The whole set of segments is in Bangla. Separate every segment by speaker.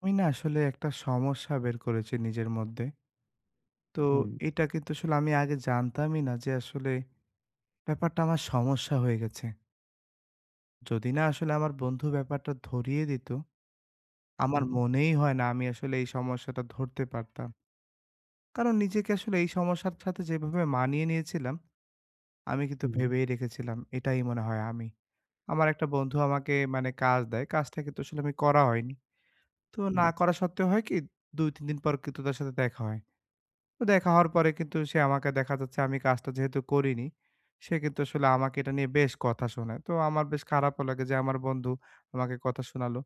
Speaker 1: আমি না আসলে একটা সমস্যা বের করেছি নিজের মধ্যে। তো
Speaker 2: হুম,
Speaker 1: এটা কিন্তু আসলে আমি আগে জানতামই না যে আসলে ব্যাপারটা আমার সমস্যা হয়ে গেছে। যদি না আসলে আমার বন্ধু ব্যাপারটা ধরিয়ে দিত, আমার
Speaker 2: হুম,
Speaker 1: মনেই হয় না আমি আসলে এই সমস্যাটা ধরতে পারতাম। কারণ নিজেকে আসলে এই সমস্যার সাথে যেভাবে মানিয়ে নিয়েছিলাম, আমি কিন্তু
Speaker 2: হুম,
Speaker 1: ভেবেই রেখেছিলাম এটাই মনে হয় আমি। আমার একটা বন্ধু আমাকে মানে কাজ দেয়, কাজটা কিন্তু আসলে আমি করা হয়নি। তো না
Speaker 2: হুম,
Speaker 1: করা সত্ত্বেও হয় কি ২-৩ দিন পর কিন্তু তার সাথে দেখা হয়। তো দেখা হওয়ার পরে কিন্তু সে আমাকে দেখা যাচ্ছে আমি কাজটা যেহেতু করিনি, সে কিন্তু আসলে আমাকে এটা নিয়ে বেশ কথা শোনায়। তো আমার বেশ খারাপও লাগে যে আমার বন্ধু আমাকে কথা শোনালো।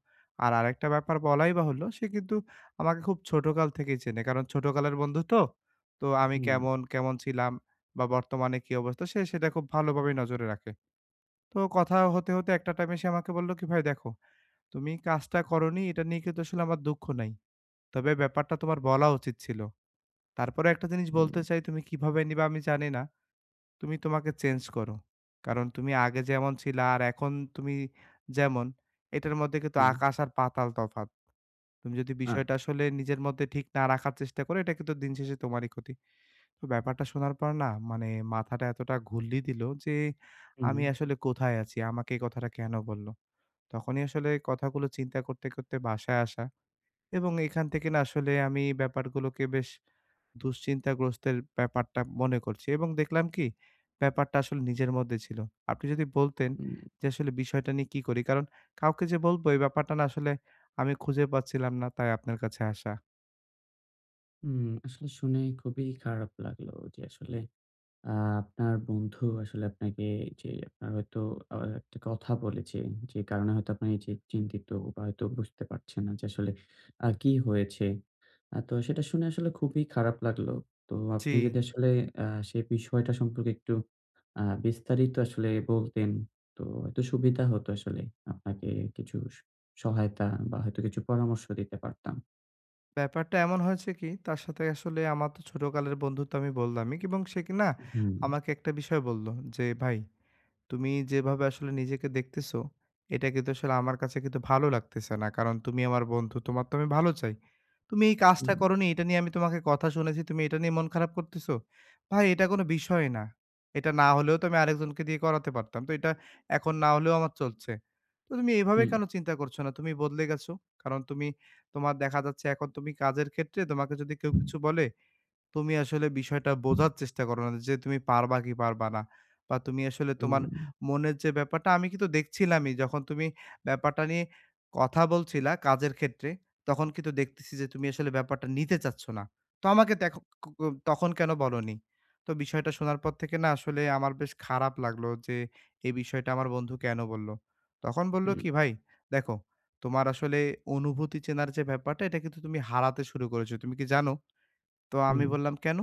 Speaker 1: আর আরেকটা ব্যাপার বলাই বাহুল্য, সে কিন্তু আমাকে খুব ছোটকাল থেকেই চেনে। কারণ ছোটকালের বন্ধু তো। তো আমি
Speaker 2: হুম,
Speaker 1: কেমন ছিলাম বা বর্তমানে কি অবস্থা সে সেটা খুব ভালোভাবেই নজরে রাখে। তো কথা হতে একটা টাইমে সে আমাকে বলল কি, "ভাই দেখো, তুমি কাজটা করোনি এটা নিয়ে কিন্তু আসলে আমার দুঃখ নাই। তবে ব্যাপারটা তোমার বলা উচিত ছিল। তারপরেও একটা জিনিস বলতে
Speaker 2: হুম,
Speaker 1: চাই, তুমি কিভাবে নিবা আমি জানি না। তুমি তোমাকে চেঞ্জ করো। কারণ তুমি আগে যেমন ছিলা আর এখন তুমি যেমন, এটার মধ্যে কিন্তু
Speaker 2: হুম,
Speaker 1: আকাশ আর পাতাল তফাত। তুমি যদি
Speaker 2: আ
Speaker 1: বিষয়টা আসলে নিজের মধ্যে ঠিক না রাখার চেষ্টা করো, এটা কিন্তু দিন শেষে তোমারই ক্ষতি।" তো ব্যাপারটা শোনার পর না মানে মাথাটা এতটা ঘুরলি দিল যে,
Speaker 2: হুম,
Speaker 1: আমি আসলে কোথায় আছি? আমাকে এই কথাটা কেন বলল? তখনই আসলে কথাগুলো চিন্তা করতে, করতে বাসায় আসা এবং এখান থেকে না আসলে আমি ব্যাপারগুলোকে বেশ দুশ্চিন্তাগ্রস্তের ব্যাপারটা মনে করছি এবং দেখলাম কি ব্যাপারটা আসলে নিজের মধ্যে ছিল। আপনি যদি বলতেন
Speaker 2: হুম,
Speaker 1: যে আসলে বিষয়টা নিয়ে কি করি? কারণ কাউকে যে বলবো এই ব্যাপারটা না আসলে আমি খুঁজে পাচ্ছিলাম না তাই আপনার কাছে আসা।
Speaker 2: হুম। আসলে শুনে খুবই খারাপ লাগলো যে আসলে আ আপনার বন্ধু আসলে আপনাকে যে আপনার হয়তো একটা কথা বলেছে, যে কারণে হয়তো আপনি এই যে চিন্তিত বা হয়তো বুঝতে পারছেন না যে আসলে কি হয়েছে। তো সেটা শুনে আসলে খুবই খারাপ লাগলো। তো
Speaker 1: জি,
Speaker 2: আপনি যদি হুম। আসলে আ সেই বিষয়টা সম্পর্কে একটু বিস্তারিত আসলে বলতেন, তো হয়তো সুবিধা হতো আসলে। আপনাকে কিছু সহায়তা বা হয়তো কিছু পরামর্শ দিতে পারতাম।
Speaker 1: ব্যাপারটা এমন হয়েছে কি তার সাথে আসলে আমার তো ছোটকালের বন্ধু তো আমি বললামই এবং সে কি না
Speaker 2: হুম,
Speaker 1: আমাকে একটা বিষয় বলল যে, "ভাই তুমি যেভাবে আসলে নিজেকে দেখতেছো, এটা কিন্তু আসলে আমার কাছে কিন্তু ভালো লাগতেছে না। কারণ তুমি আমার বন্ধু, তোমার তো আমি ভালো চাই। তুমি এই কাজটা
Speaker 2: হুম,
Speaker 1: করোনি, এটা নিয়ে আমি তোমাকে কথা শুনেছি, তুমি এটা নিয়ে মন খারাপ করতেছো? ভাই এটা কোনো বিষয় না। এটা না হলেও তো আমি আরেকজনকে দিয়ে করাতে পারতাম। তো এটা এখন না হলেও আমার চলছে। তো তুমি এভাবে
Speaker 2: হুম,
Speaker 1: কেন চিন্তা করছো না? তুমি বদলে গেছো। কারণ তুমি তোমার দেখা যাচ্ছে এখন তুমি কাজের ক্ষেত্রে তোমাকে যদি কেউ কিছু বলে তুমি আসলে বিষয়টা বোঝার চেষ্টা করো না যে তুমি পারবা কি পারবা না। বা তুমি আসলে তোমার
Speaker 2: হুম,
Speaker 1: মনের যে ব্যাপারটা আমি কিন্তু দেখছিলামই যখন তুমি ব্যাপারটা নিয়ে কথা বলছিলা কাজের ক্ষেত্রে, তখন কিন্তু দেখতেছি যে তুমি আসলে ব্যাপারটা নিতে চাচ্ছ না। তো আমাকে দেখো ক ক তখন কেন বলোনি?" তো বিষয়টা শোনার পর থেকে না আসলে আমার বেশ খারাপ লাগলো যে এই বিষয়টা আমার বন্ধু কেন বলল? তখন বলল
Speaker 2: হুম,
Speaker 1: কি, "ভাই দেখো, তোমার আসলে অনুভূতি চেনার যে ব্যাপারটা এটা কিন্তু তুমি হারাতে শুরু করেছো। তুমি কি জানো?" তো আমি
Speaker 2: হুম,
Speaker 1: বললাম, "কেন?"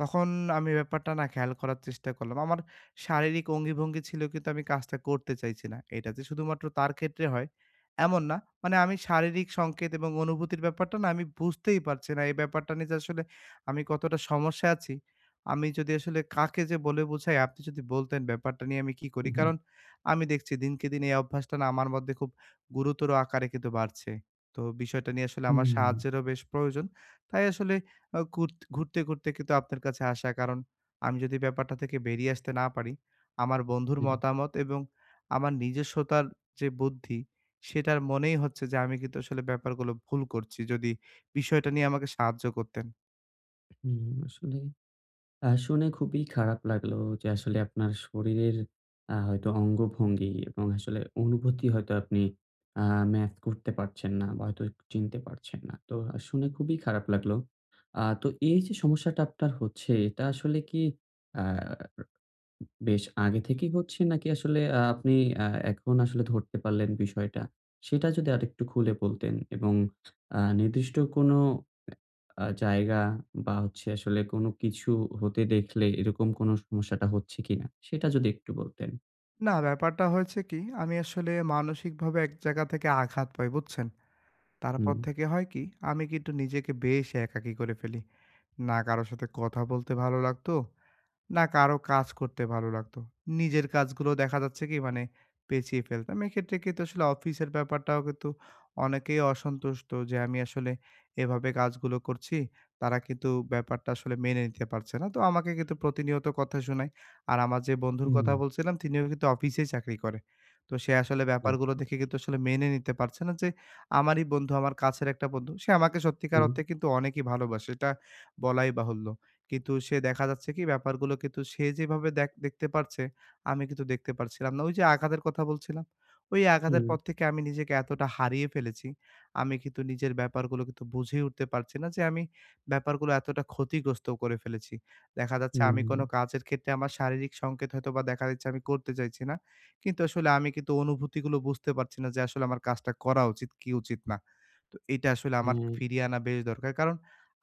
Speaker 1: তখন আমি ব্যাপারটা না খেয়াল করার চেষ্টা করলাম। আমার শারীরিক অঙ্গি-ভঙ্গি ছিল কিন্তু আমি কাজটা করতে চাইছি না। এটা যে শুধুমাত্র তার ক্ষেত্রে হয় এমন না। মানে আমি শারীরিক সংকেত এবং অনুভূতির ব্যাপারটা না আমি বুঝতেই পারছি না। এই ব্যাপারটা নিয়ে যে আসলে আমি কতটা সমস্যায় আছি, আমি যদি আসলে কাকে যে বলে বোঝাই আপনি যদি বলতেন ব্যাপারটা নিয়ে আমি কি করি?
Speaker 2: হুম,
Speaker 1: কারণ আমি দেখছি দিনকে দিন এই অভ্যাসটা না আমার মধ্যে খুব গুরুতর আকারে কিন্তু বাড়ছে। তো বিষয়টা নিয়ে আসলে আমার
Speaker 2: হুম,
Speaker 1: সাহায্যেরও বেশ প্রয়োজন। তাই আসলে আ ঘুর ঘুরতে কিন্তু আপনার কাছে আসা। কারণ আমি যদি ব্যাপারটা থেকে বেরিয়ে আসতে না পারি, আমার বন্ধুর
Speaker 2: হুম।
Speaker 1: মতামত এবং আমার নিজস্বতার যে বুদ্ধি, সেটার মনেই হচ্ছে যে আমি কিন্তু আসলে ব্যাপারগুলো ভুল করছি। যদি বিষয়টা নিয়ে আমাকে সাহায্য করতেন।
Speaker 2: হুম, আসলে শুনে খুবই খারাপ লাগলো যে আসলে আপনার শরীরের হয়তো অঙ্গভঙ্গি এবং আসলে অনুভূতি হয়তো আপনি আ ম্যাচ করতে পারছেন না বা হয়তো চিনতে পারছেন না। তো শুনে খুবই খারাপ লাগলো। তো এই যে সমস্যাটা আপনার হচ্ছে, এটা আসলে কি আ বেশ আগে থেকেই হচ্ছে, নাকি আসলে আপনি আ এখন আসলে ধরতে পারলেন বিষয়টা? সেটা যদি আরেকটু খুলে বলতেন, এবং নির্দিষ্ট কোনো জায়গা বা হচ্ছে আসলে কোনো কিছু হতে দেখলে এরকম কোনো সমস্যাটা হচ্ছে কিনা, সেটা যদি একটু বলতেন।
Speaker 1: না, ব্যাপারটা হয়েছে কি, আমি আসলে মানসিকভাবে এক জায়গা থেকে আঘাত পাই, বুঝছেন? তারপর
Speaker 2: হুম।
Speaker 1: থেকে হয় কি, আমি কিন্তু নিজেকে বেশ একাকী করে ফেলি। না কারো সাথে কথা বলতে ভালো লাগতো না কারো কাজ করতে ভালো লাগতো। নিজের কাজগুলো দেখা যাচ্ছে কি মানে পেঁচিয়ে ফেলতাম। এক্ষেত্রে কিন্তু আসলে অফিসের ব্যাপারটাও কিন্তু অনেকেই অসন্তুষ্ট যে আমি আসলে এভাবে কাজগুলো করছি। তারা কিন্তু ব্যাপারটা আসলে মেনে নিতে পারছে না। তো আমাকে কিন্তু প্রতিনিয়ত কথা শোনায়। আর আমার যে বন্ধুর
Speaker 2: হুম।
Speaker 1: কথা বলছিলাম তিনিও কিন্তু অফিসেই চাকরি করে। তো সে আসলে ব্যাপারগুলো
Speaker 2: আচ্ছা।
Speaker 1: দেখে কিন্তু আসলে মেনে নিতে পারছে না যে আমারই বন্ধু, আমার কাছের একটা বন্ধু। সে আমাকে সত্যিকার
Speaker 2: হুম,
Speaker 1: অর্থে কিন্তু অনেকই ভালোবাসে। এটা বলাই বাহুল্য। কিন্তু সে দেখা যাচ্ছে কি ব্যাপারগুলো কিন্তু সে যেভাবে দেখতে পারছে, আমি কিন্তু দেখতে পারছিলাম না। ওই যে আঘাতের কথা বলছিলাম, ওই আঘাতের
Speaker 2: হুম,
Speaker 1: পর থেকে আমি নিজেকে এতটা হারিয়ে ফেলেছি, আমি কিন্তু নিজের ব্যাপারগুলো কিন্তু বুঝেই উঠতে পারছি না যে আমি ব্যাপারগুলো এতটা ক্ষতিগ্রস্ত করে ফেলেছি। দেখা যাচ্ছে আমি কোনো
Speaker 2: হুম,
Speaker 1: কাজের ক্ষেত্রে আমার শারীরিক সংকেত হয়তোবা দেখা দিচ্ছে আমি করতে চাইছি না। কিন্তু আসলে আমি কিন্তু অনুভূতিগুলো বুঝতে পারছি না যে আসলে আমার কাজটা করা উচিত কি উচিত না। তো এটা আসলে আমার
Speaker 2: হ্যাঁ।
Speaker 1: ফিরিয়ে আনা বেশ দরকার। কারণ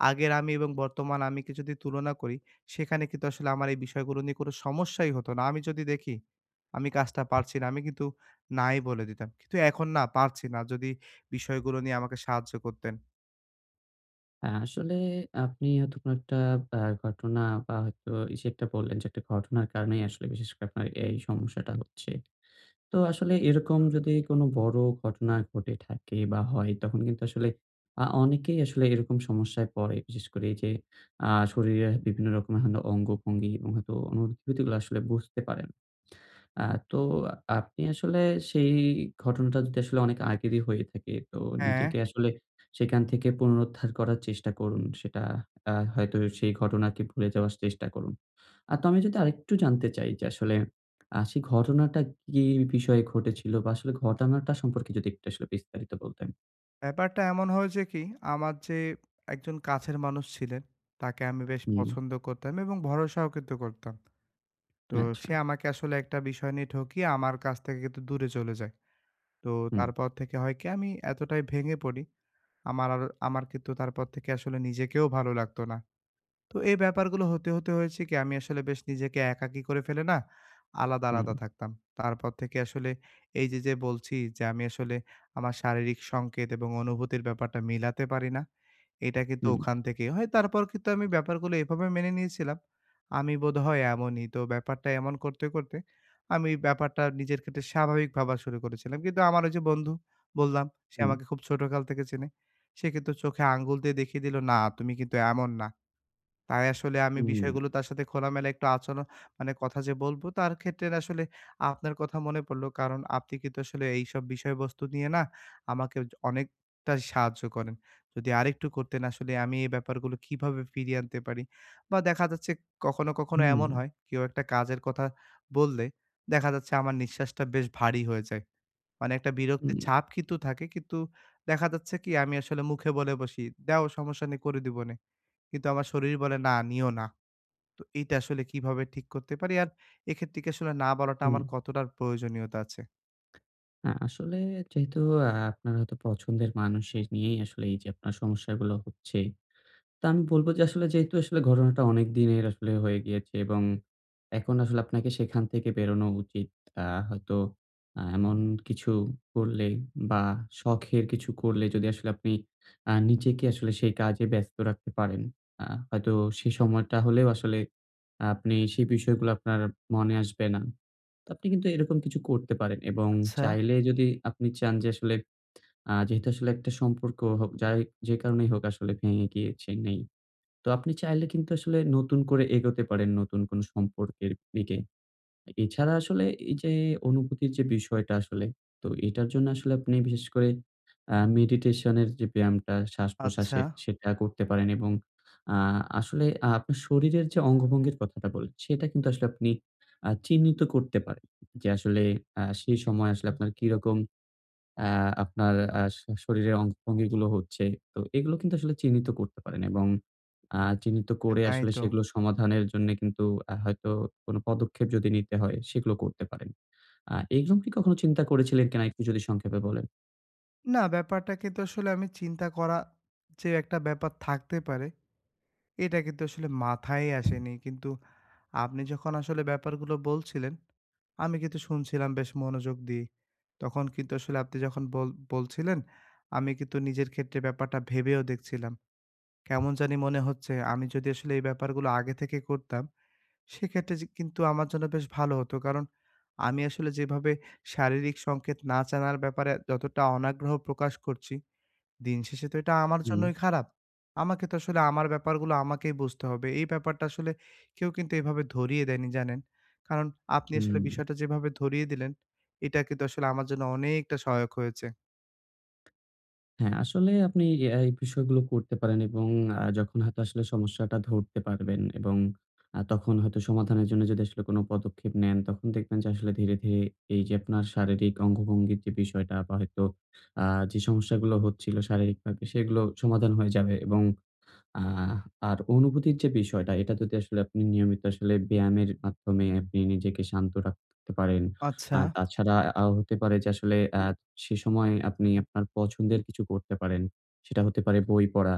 Speaker 1: আগের আমি এবং বর্তমান আমি কে যদি তুলনা করি, সেখানে কিন্তু আসলে আমার এই বিষয়গুলো নিয়ে কোনো সমস্যাই হতো না। আমি যদি দেখি, আমি কাজটা পারছি না, আমি কিন্তু নাই বলে দিতাম। কিন্তু এখন না পারছি না। যদি বিষয়গুলো নিয়ে আমাকে সাহায্য করতেন।
Speaker 2: আসলে আপনি হয়তো কোনো একটা ঘটনা বা হয়তো এই যে একটা বললেন যে একটা ঘটনার কারণেই আসলে বিশেষ করে আপনার এই সমস্যাটা হচ্ছে। তো আসলে এরকম যদি কোনো বড় ঘটনা ঘটে থাকে বা হয়, তখন কিন্তু আসলে অনেকেই আসলে এরকম সমস্যায় পড়ে। বিশেষ করে এই যে শরীরের বিভিন্ন রকমের হলো অঙ্গভঙ্গি এবং হয়তো অনুভূতিগুলো আসলে বুঝতে পারে না। আ তো আপনি আসলে সেই ঘটনাটা যদি আসলে অনেক আগেরই হয়ে থাকে, তো
Speaker 1: হ্যাঁ,
Speaker 2: নিজেকে আসলে সেখান থেকে পুনরুদ্ধার করার চেষ্টা করুন। সেটা হয়তো সেই ঘটনাকে ভুলে যাওয়ার চেষ্টা করুন। তো আমি যদি আরেকটু জানতে চাই যে আসলে সেই ঘটনাটা কি বিষয়ে ঘটেছিল, বা আসলে ঘটনাটা সম্পর্কে যদি একটু আসলে বিস্তারিত বলতেন?
Speaker 1: ব্যাপারটা এমন হয়েছে কি, আমার যে একজন কাছের মানুষ ছিলেন, তাকে আমি বেশ
Speaker 2: হুম,
Speaker 1: পছন্দ করতাম এবং ভরসাও কিন্তু করতাম। তো
Speaker 2: আচ্ছা।
Speaker 1: সে আমাকে আসলে একটা বিষয় নিয়ে ঠকিয়ে আমার কাছ থেকে কিন্তু দূরে চলে যায়। তো
Speaker 2: হুম,
Speaker 1: তারপর থেকে হয় কি আমি এতটাই ভেঙে পড়ি আমার আর আমার কিন্তু তারপর থেকে আসলে নিজেকেও ভালো লাগতো না। তো এই ব্যাপারগুলো হতে হয়েছে কি আমি আসলে বেশ নিজেকে একাকী করে ফেলে না আলাদা,
Speaker 2: হুম,
Speaker 1: আলাদা থাকতাম। তারপর থেকে আসলে এই যে, যে বলছি যে আমি আসলে আমার শারীরিক সংকেত এবং অনুভূতির ব্যাপারটা মিলাতে পারি না। এটা কিন্তু
Speaker 2: হুম,
Speaker 1: ওখান থেকেই হয়। তারপর কিন্তু আমি ব্যাপারগুলো এভাবে মেনে নিয়েছিলাম। আমি বোধহয় এমনই। তো ব্যাপারটা এমন করতে আমি ব্যাপারটা নিজের ক্ষেত্রে স্বাভাবিক ভাবা শুরু করেছিলাম। কিন্তু আমার ওই যে বন্ধু বললাম, সে
Speaker 2: হুম,
Speaker 1: আমাকে খুব ছোটকাল থেকে চেনে। সে কিন্তু চোখে আঙ্গুল দিয়ে দেখিয়ে দিল, "না, তুমি কিন্তু এমন না।" তাই আসলে আমি
Speaker 2: হুম,
Speaker 1: বিষয়গুলো তার সাথে খোলামেলা একটু আচরণ মানে কথা যে বলবো তার ক্ষেত্রে আসলে আপনার কথা মনে পড়লো। কারণ আপনি কিন্তু আসলে এইসব বিষয়বস্তু নিয়ে না আমাকে অনেকটা সাহায্য করেন। যদি আরেকটু করতেন আসলে আমি এই ব্যাপারগুলো কিভাবে ফিরিয়ে আনতে পারি? বা দেখা যাচ্ছে কখনো
Speaker 2: হুম,
Speaker 1: এমন হয় কেউ একটা কাজের কথা বললে দেখা যাচ্ছে আমার নিঃশ্বাসটা বেশ ভারী হয়ে যায়। মানে একটা বিরক্তির
Speaker 2: হুম,
Speaker 1: ছাপ কিন্তু থাকে। কিন্তু দেখা যাচ্ছে কি আমি আসলে মুখে বলে বসি, "দেও সমস্যা নেই করে দিবনে।" কিন্তু আমার শরীর বলে না নিও না। তো এইটা আসলে কিভাবে ঠিক করতে পারি? আর এক্ষেত্রে কি আসলে না বলাটা
Speaker 2: হুম।
Speaker 1: আমার কতটার প্রয়োজনীয়তা আছে?
Speaker 2: আসলে যেহেতু আপনার হয়তো পছন্দের মানুষের নিয়েই আসলে এই যে আপনার সমস্যাগুলো হচ্ছে, তো আমি বলব যে আসলে, যেহেতু আসলে ঘটনাটা অনেক দিনের আসলে হয়ে গিয়েছে, এবং এখন আসলে আপনাকে সেখান থেকে বেরোনো উচিত। আ হয়তো এমন কিছু করলে বা শখের কিছু করলে, যদি আসলে আপনি নিজেকে আসলে সেই কাজে ব্যস্ত রাখতে পারেন, আ হয়তো সেই সময়টা হলেও আসলে আপনি সেই বিষয়গুলো আপনার মনে আসবে না। তো আপনি কিন্তু এরকম কিছু করতে পারেন, এবং
Speaker 1: আচ্ছা,
Speaker 2: চাইলে, যদি আপনি চান যে আসলে যেহেতু আসলে একটা সম্পর্ক হোক, যাই যে কারণেই হোক আসলে ভেঙে গিয়েছে নেই, তো আপনি চাইলে কিন্তু আসলে নতুন করে এগোতে পারেন নতুন কোনো সম্পর্কের দিকে। এছাড়া আসলে এই যে অনুভূতির যে বিষয়টা আসলে, তো এটার জন্য আসলে আপনি বিশেষ করে মেডিটেশন এর যে ব্যায়ামটা
Speaker 1: আচ্ছা।
Speaker 2: শ্বাস-প্রশ্বাসের, সেটা করতে পারেন। এবং আ আসলে আপনার শরীরের যে অঙ্গভঙ্গির কথাটা বললেন, সেটা কিন্তু আসলে আপনি চিহ্নিত করতে পারেন। যে আসলে সেই সময় আসলে আপনার কিরকম আ আপনার আ শ শরীরের অঙ্গভঙ্গিগুলো হচ্ছে। তো এগুলো কিন্তু আসলে চিহ্নিত করতে পারেন, এবং চিহ্নিত
Speaker 1: হ্যাঁ,
Speaker 2: করে
Speaker 1: তাই
Speaker 2: আসলে
Speaker 1: তো।
Speaker 2: সেগুলো সমাধানের জন্যে কিন্তু হয়তো কোনো পদক্ষেপ যদি নিতে হয়, সেগুলো করতে পারেন। এগুলো কি কখনো চিন্তা করেছিলেন কিনা, একটু যদি সংক্ষেপে বলেন?
Speaker 1: না ব্যাপারটা কিন্তু আসলে আমি চিন্তা করা যে একটা ব্যাপার থাকতে পারে, এটা কিন্তু আসলে মাথায় আসেনি। কিন্তু আপনি যখন আসলে ব্যাপারগুলো বলছিলেন, আমি কিন্তু শুনছিলাম বেশ মনোযোগ দিয়ে। তখন কিন্তু আসলে আপনি যখন বলছিলেন, আমি কিন্তু নিজের ক্ষেত্রে ব্যাপারটা ভেবেও দেখছিলাম। কেমন জানি মনে হচ্ছে আমি যদি আসলে এই ব্যাপারগুলো আগে থেকে করতাম, সেক্ষেত্রে যে কিন্তু আমার জন্য বেশ ভালো হতো। কারণ আমি আসলে যেভাবে শারীরিক সংকেত না জানার ব্যাপারে যতটা অনাগ্রহ প্রকাশ করছি, দিন শেষে তো এটা আমার
Speaker 2: হুম,
Speaker 1: জন্যই খারাপ। আমাকে তো আসলে আমার ব্যাপারগুলো আমাকেই বুঝতে হবে। এই ব্যাপারটা আসলে কেউ কিন্তু এভাবে ধরিয়ে দেয়নি, জানেন? কারণ আপনি
Speaker 2: হুম।
Speaker 1: আসলে বিষয়টা যেভাবে ধরিয়ে দিলেন, এটা কিন্তু আসলে আমার জন্য অনেকটা সহায়ক হয়েছে।
Speaker 2: হ্যাঁ, আসলে আপনি এই বিষয়গুলো করতে পারেন, এবং যখন হয়তো আসলে সমস্যাটা ধরতে পারবেন, এবং তখন হয়তো সমাধানের জন্য যদি আসলে কোনো পদক্ষেপ নেন, তখন দেখবেন যে আসলে ধীরে, ধীরে এই যে আপনার শারীরিক অঙ্গভঙ্গির যে বিষয়টা, বা হয়তো আ যে সমস্যাগুলো হচ্ছিল শারীরিকভাবে, সেগুলো সমাধান হয়ে যাবে। এবং আহ আর অনুভূতির যে বিষয়টা, এটা যদি আসলে আপনি নিয়মিত আসলে ব্যায়ামের মাধ্যমে আপনি নিজেকে শান্ত রাখতে পারেন।
Speaker 1: আচ্ছা,
Speaker 2: তাছাড়া হতে পারে যে আসলে সে সময় আপনি আপনার পছন্দের কিছু করতে পারেন। সেটা হতে পারে বই পড়া,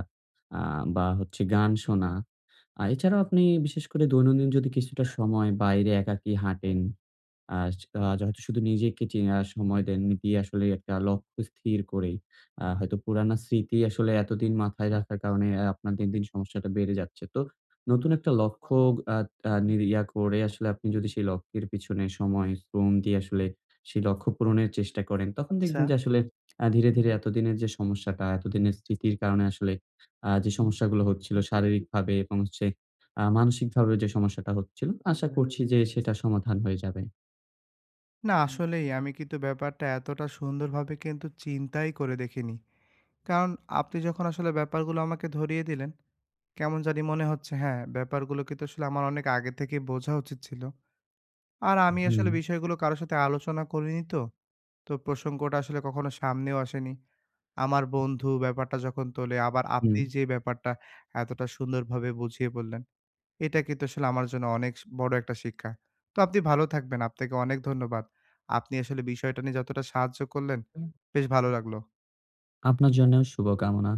Speaker 2: আ বা হচ্ছে গান শোনা। এছাড়াও আপনি বিশেষ করে দৈনন্দিন যদি কিছুটা সময় বাইরে একাকী হাঁটেন, আস আ হয়তো শুধু নিজেকে চিনা সময় দেননি দিয়ে আসলে একটা লক্ষ্য স্থির করেই, হয়তো পুরানা স্মৃতি আসলে এতদিন মাথায় রাখার কারণে আপনার দিন, দিন সমস্যাটা বেড়ে যাচ্ছে। তো নতুন একটা লক্ষ্য আ আ নি ইয়া করে আসলে আপনি যদি সেই লক্ষ্যের পিছনে সময়, শ্রম দিয়ে আসলে সেই লক্ষ্য পূরণের চেষ্টা করেন, তখন
Speaker 1: আচ্ছা।
Speaker 2: দেখবেন যে আসলে ধীরে, ধীরে এতদিনের যে সমস্যাটা, এতদিনের স্মৃতির কারণে আসলে যে সমস্যাগুলো হচ্ছিল শারীরিকভাবে এবং হচ্ছে মানসিকভাবে যে সমস্যাটা হচ্ছিল, আশা করছি যে সেটা সমাধান হয়ে যাবে।
Speaker 1: না আসলেই আমি কিন্তু ব্যাপারটা এতটা সুন্দরভাবে কিন্তু চিন্তাই করে দেখিনি। কারণ আপনি যখন আসলে ব্যাপারগুলো আমাকে ধরিয়ে দিলেন, কেমন জানি মনে হচ্ছে হ্যাঁ, ব্যাপারগুলো কিন্তু আসলে আমার অনেক আগে থেকেই বোঝা উচিত ছিল। আর আমি আসলে
Speaker 2: হুম,
Speaker 1: বিষয়গুলো কারো সাথে আলোচনা করিনি তো। তো প্রসঙ্গটা আসলে কখনো সামনেও আসেনি। আমার বন্ধু ব্যাপারটা যখন তোলে, আবার
Speaker 2: হুম।
Speaker 1: আপনি যে ব্যাপারটা এতটা সুন্দরভাবে বুঝিয়ে বললেন। এটা কিন্তু আসলে আমার জন্য অনেক বড় একটা শিক্ষা। তো আপনি ভালো থাকবেন। আপনাকে অনেক ধন্যবাদ। আপনি আসলে বিষয়টা নিয়ে যতটা সাহায্য করলেন, বেশ ভালো লাগলো।
Speaker 2: আপনার জন্যেও শুভকামনা।